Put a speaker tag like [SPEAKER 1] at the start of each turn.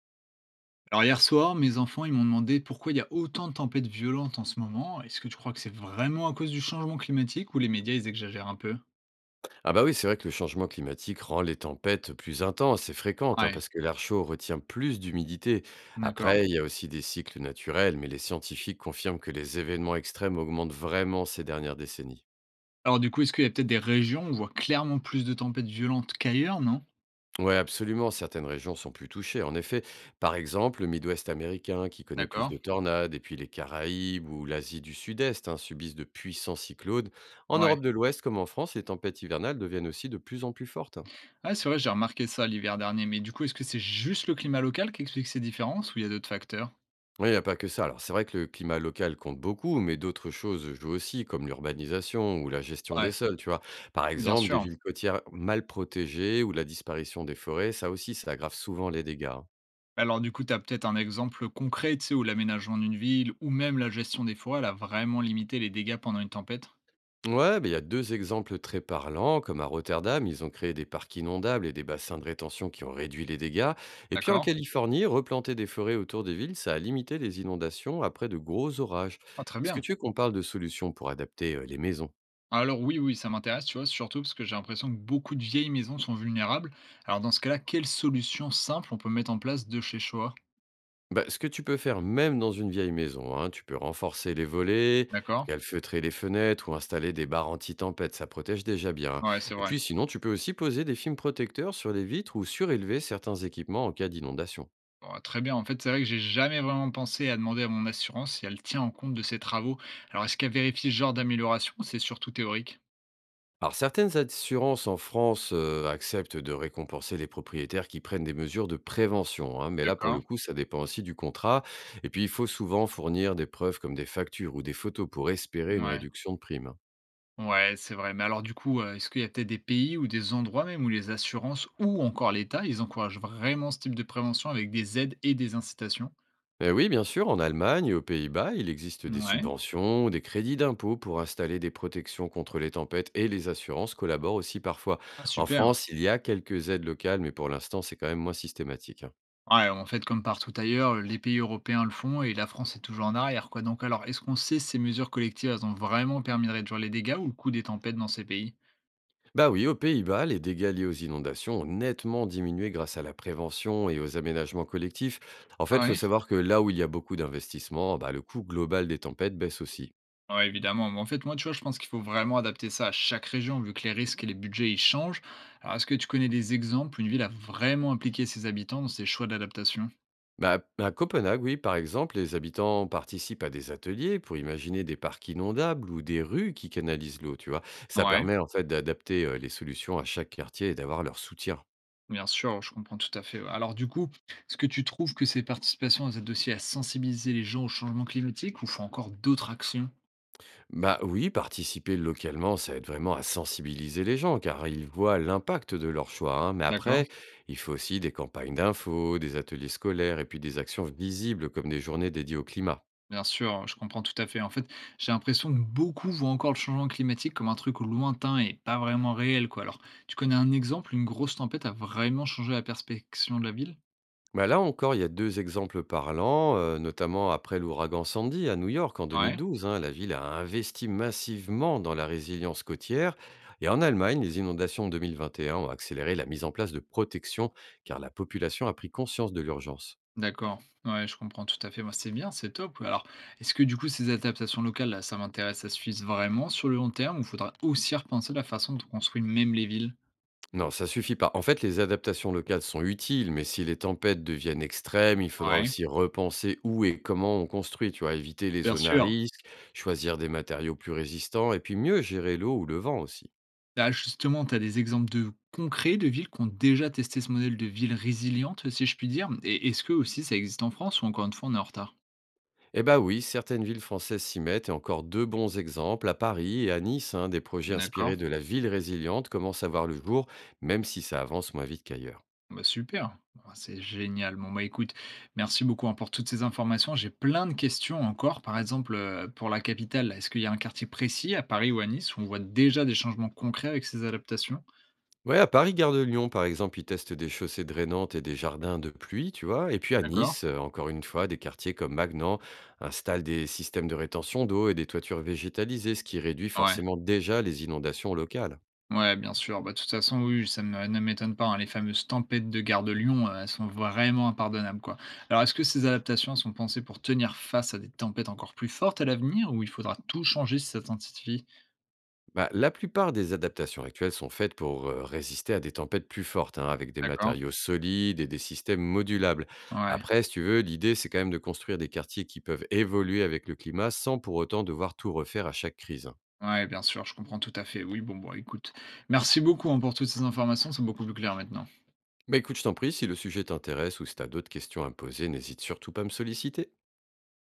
[SPEAKER 1] Alors hier soir, mes enfants, ils m'ont demandé pourquoi il y a autant de tempêtes violentes en ce moment. Est-ce que tu crois que c'est vraiment à cause du changement climatique ou les médias, ils exagèrent un peu?
[SPEAKER 2] Ah bah oui, c'est vrai que le changement climatique rend les tempêtes plus intenses et fréquentes, hein,
[SPEAKER 1] Ouais,
[SPEAKER 2] parce que l'air chaud retient plus d'humidité.
[SPEAKER 1] d'accord.
[SPEAKER 2] Après, il y a aussi des cycles naturels, mais les scientifiques confirment que les événements extrêmes augmentent vraiment ces dernières décennies.
[SPEAKER 1] Alors du coup, est-ce qu'il y a peut-être des régions où on voit clairement plus de tempêtes violentes qu'ailleurs, non?
[SPEAKER 2] Ouais, absolument, certaines régions sont plus touchées. En effet, par exemple, le Midwest américain, qui connaît plus
[SPEAKER 1] D'accord.
[SPEAKER 2] de tornades, et puis les Caraïbes ou l'Asie du Sud-Est hein, subissent de puissants cyclones. En
[SPEAKER 1] Ouais.
[SPEAKER 2] Europe de l'Ouest, comme en France, les tempêtes hivernales deviennent aussi de plus en plus fortes, hein.
[SPEAKER 1] Ouais, c'est vrai, j'ai remarqué ça l'hiver dernier. Mais du coup, est-ce que c'est juste le climat local qui explique ces différences ou il y a d'autres facteurs?
[SPEAKER 2] Oui, il y a pas que ça. Alors, c'est vrai que le climat local compte beaucoup, mais d'autres choses jouent aussi, comme l'urbanisation ou la gestion des
[SPEAKER 1] Ouais,
[SPEAKER 2] sols, tu vois. Par
[SPEAKER 1] bien
[SPEAKER 2] exemple, des
[SPEAKER 1] sûr.
[SPEAKER 2] villes côtières mal protégées ou la disparition des forêts, ça aussi, ça aggrave souvent les dégâts, hein.
[SPEAKER 1] Alors du coup, tu as peut-être un exemple concret, tu sais, où l'aménagement d'une ville ou même la gestion des forêts, elle a vraiment limité les dégâts pendant une tempête?
[SPEAKER 2] Ouais, mais il y a deux exemples très parlants, comme à Rotterdam, ils ont créé des parcs inondables et des bassins de rétention qui ont réduit les dégâts. Et puis en
[SPEAKER 1] D'accord.
[SPEAKER 2] Californie, replanter des forêts autour des villes, ça a limité les inondations après de gros orages.
[SPEAKER 1] Ah, très
[SPEAKER 2] Est-ce que
[SPEAKER 1] bien.
[SPEAKER 2] tu veux qu'on parle de solutions pour adapter les maisons.
[SPEAKER 1] Alors oui, oui, ça m'intéresse, tu vois, surtout parce que j'ai l'impression que beaucoup de vieilles maisons sont vulnérables. Alors dans ce cas-là, quelle solution simple on peut mettre en place de chez soi?
[SPEAKER 2] Bah, ce que tu peux faire même dans une vieille maison, hein, tu peux renforcer les volets,
[SPEAKER 1] D'accord?
[SPEAKER 2] calfeutrer les fenêtres ou installer des barres anti-tempête, ça protège déjà bien, hein.
[SPEAKER 1] Ouais, c'est
[SPEAKER 2] Et
[SPEAKER 1] vrai.
[SPEAKER 2] puis sinon, tu peux aussi poser des films protecteurs sur les vitres ou surélever certains équipements en cas d'inondation.
[SPEAKER 1] Bon, ah, très bien. En fait, c'est vrai que j'ai jamais vraiment pensé à demander à mon assurance si elle tient en compte de ses travaux. Alors est-ce qu'elle vérifie ce genre d'amélioration ou c'est surtout théorique?
[SPEAKER 2] Alors certaines assurances en France acceptent de récompenser les propriétaires qui prennent des mesures de prévention, hein, mais là pour le
[SPEAKER 1] D'accord?
[SPEAKER 2] coup ça dépend aussi du contrat, et puis il faut souvent fournir des preuves comme des factures ou des photos pour espérer une
[SPEAKER 1] Ouais.
[SPEAKER 2] réduction de prime.
[SPEAKER 1] Ouais, c'est vrai. Mais alors du coup, est-ce qu'il y a peut-être des pays ou des endroits même où les assurances ou encore l'État, ils encouragent vraiment ce type de prévention avec des aides et des incitations?
[SPEAKER 2] Eh oui, bien sûr, en Allemagne et aux Pays-Bas, il existe des
[SPEAKER 1] Ouais.
[SPEAKER 2] subventions, ou des crédits d'impôt pour installer des protections contre les tempêtes et les assurances collaborent aussi parfois.
[SPEAKER 1] Ah,
[SPEAKER 2] En
[SPEAKER 1] super.
[SPEAKER 2] France, il y a quelques aides locales, mais pour l'instant, c'est quand même moins systématique, hein.
[SPEAKER 1] Ouais, en fait, comme partout ailleurs, les pays européens le font et la France est toujours en arrière, quoi. Donc, alors, est-ce qu'on sait si ces mesures collectives, elles ont vraiment permis de réduire les dégâts ou le coût des tempêtes dans ces pays?
[SPEAKER 2] Bah oui, aux Pays-Bas, les dégâts liés aux inondations ont nettement diminué grâce à la prévention et aux aménagements collectifs. En fait,
[SPEAKER 1] Ah
[SPEAKER 2] il faut
[SPEAKER 1] ouais,
[SPEAKER 2] savoir que là où il y a beaucoup d'investissements, bah, le coût global des tempêtes baisse aussi.
[SPEAKER 1] ouais, évidemment. Mais en fait, moi, tu vois, je pense qu'il faut vraiment adapter ça à chaque région, vu que les risques et les budgets, ils changent. Alors, est-ce que tu connais des exemples où une ville a vraiment impliqué ses habitants dans ses choix d'adaptation?
[SPEAKER 2] Bah, à Copenhague, oui, par exemple, les habitants participent à des ateliers pour imaginer des parcs inondables ou des rues qui canalisent l'eau, tu vois. Ça
[SPEAKER 1] Ouais,
[SPEAKER 2] permet en fait d'adapter les solutions à chaque quartier et d'avoir leur soutien.
[SPEAKER 1] bien sûr, je comprends tout à fait. Ouais. Alors, du coup, est-ce que tu trouves que ces participations, elles aident aussi à sensibiliser les gens au changement climatique ou font encore d'autres actions?
[SPEAKER 2] Bah oui, participer localement, ça aide vraiment à sensibiliser les gens car ils voient l'impact de leur choix, hein. Mais
[SPEAKER 1] D'accord.
[SPEAKER 2] après, il faut aussi des campagnes d'infos, des ateliers scolaires et puis des actions visibles comme des journées dédiées au climat.
[SPEAKER 1] Bien sûr, je comprends tout à fait. En fait, j'ai l'impression que beaucoup voient encore le changement climatique comme un truc lointain et pas vraiment réel, quoi. Alors, tu connais un exemple, une grosse tempête a vraiment changé la perspective de la ville?
[SPEAKER 2] Bah là encore, il y a deux exemples parlants, notamment après l'ouragan Sandy à New York en
[SPEAKER 1] Ouais,
[SPEAKER 2] 2012, hein, la ville a investi massivement dans la résilience côtière. Et en Allemagne, les inondations de 2021 ont accéléré la mise en place de protections car la population a pris conscience de l'urgence.
[SPEAKER 1] d'accord. Ouais, je comprends tout à fait. Moi, c'est bien, c'est top. Alors, est-ce que du coup, ces adaptations locales, là, ça m'intéresse, ça suffit vraiment sur le long terme ou faudra aussi repenser la façon dont on construit même les villes?
[SPEAKER 2] Non, ça suffit pas. En fait, les adaptations locales sont utiles, mais si les tempêtes deviennent extrêmes, il faudra
[SPEAKER 1] Ouais,
[SPEAKER 2] aussi repenser où et comment on construit, tu vois, éviter les
[SPEAKER 1] bien
[SPEAKER 2] zones à
[SPEAKER 1] sûr.
[SPEAKER 2] risque, choisir des matériaux plus résistants et puis mieux gérer l'eau ou le vent aussi.
[SPEAKER 1] Ah justement, tu as des exemples de concrets de villes qui ont déjà testé ce modèle de ville résiliente, si je puis dire? Et est-ce que aussi ça existe en France ou encore une fois on est en retard?
[SPEAKER 2] Eh ben oui, certaines villes françaises s'y mettent et encore deux bons exemples. À Paris et à Nice, hein, des projets
[SPEAKER 1] D'accord,
[SPEAKER 2] inspirés de la ville résiliente commencent à voir le jour, même si ça avance moins vite qu'ailleurs.
[SPEAKER 1] bah super, ah c'est génial. Bon bah écoute, merci beaucoup, hein, pour toutes ces informations. J'ai plein de questions encore, par exemple, pour la capitale, là, est-ce qu'il y a un quartier précis à Paris ou à Nice où on voit déjà des changements concrets avec ces adaptations?
[SPEAKER 2] Ouais, à Paris, Gare de Lyon, par exemple, ils testent des chaussées drainantes et des jardins de pluie, tu vois. Et puis à
[SPEAKER 1] D'accord,
[SPEAKER 2] Nice, encore une fois, des quartiers comme Magnan installent des systèmes de rétention d'eau et des toitures végétalisées, ce qui réduit
[SPEAKER 1] ouais.
[SPEAKER 2] forcément déjà les inondations locales.
[SPEAKER 1] Ouais, bien sûr. Bah, de toute façon, oui, ne m'étonne pas. Hein. Les fameuses tempêtes de Gare de Lyon, elles sont vraiment impardonnables, quoi. Alors, est-ce que ces adaptations sont pensées pour tenir face à des tempêtes encore plus fortes à l'avenir, ou il faudra tout changer si ça s'intensifie?
[SPEAKER 2] Bah, la plupart des adaptations actuelles sont faites pour résister à des tempêtes plus fortes, hein, avec des
[SPEAKER 1] D'accord.
[SPEAKER 2] matériaux solides et des systèmes modulables.
[SPEAKER 1] Ouais.
[SPEAKER 2] Après, si tu veux, l'idée, c'est quand même de construire des quartiers qui peuvent évoluer avec le climat sans pour autant devoir tout refaire à chaque crise, hein.
[SPEAKER 1] Ouais, bien sûr, je comprends tout à fait. Oui, bon, bon, écoute. Merci beaucoup, hein, pour toutes ces informations, c'est beaucoup plus clair maintenant.
[SPEAKER 2] Mais écoute, je t'en prie, si le sujet t'intéresse ou si tu as d'autres questions à me poser, n'hésite surtout pas à me solliciter.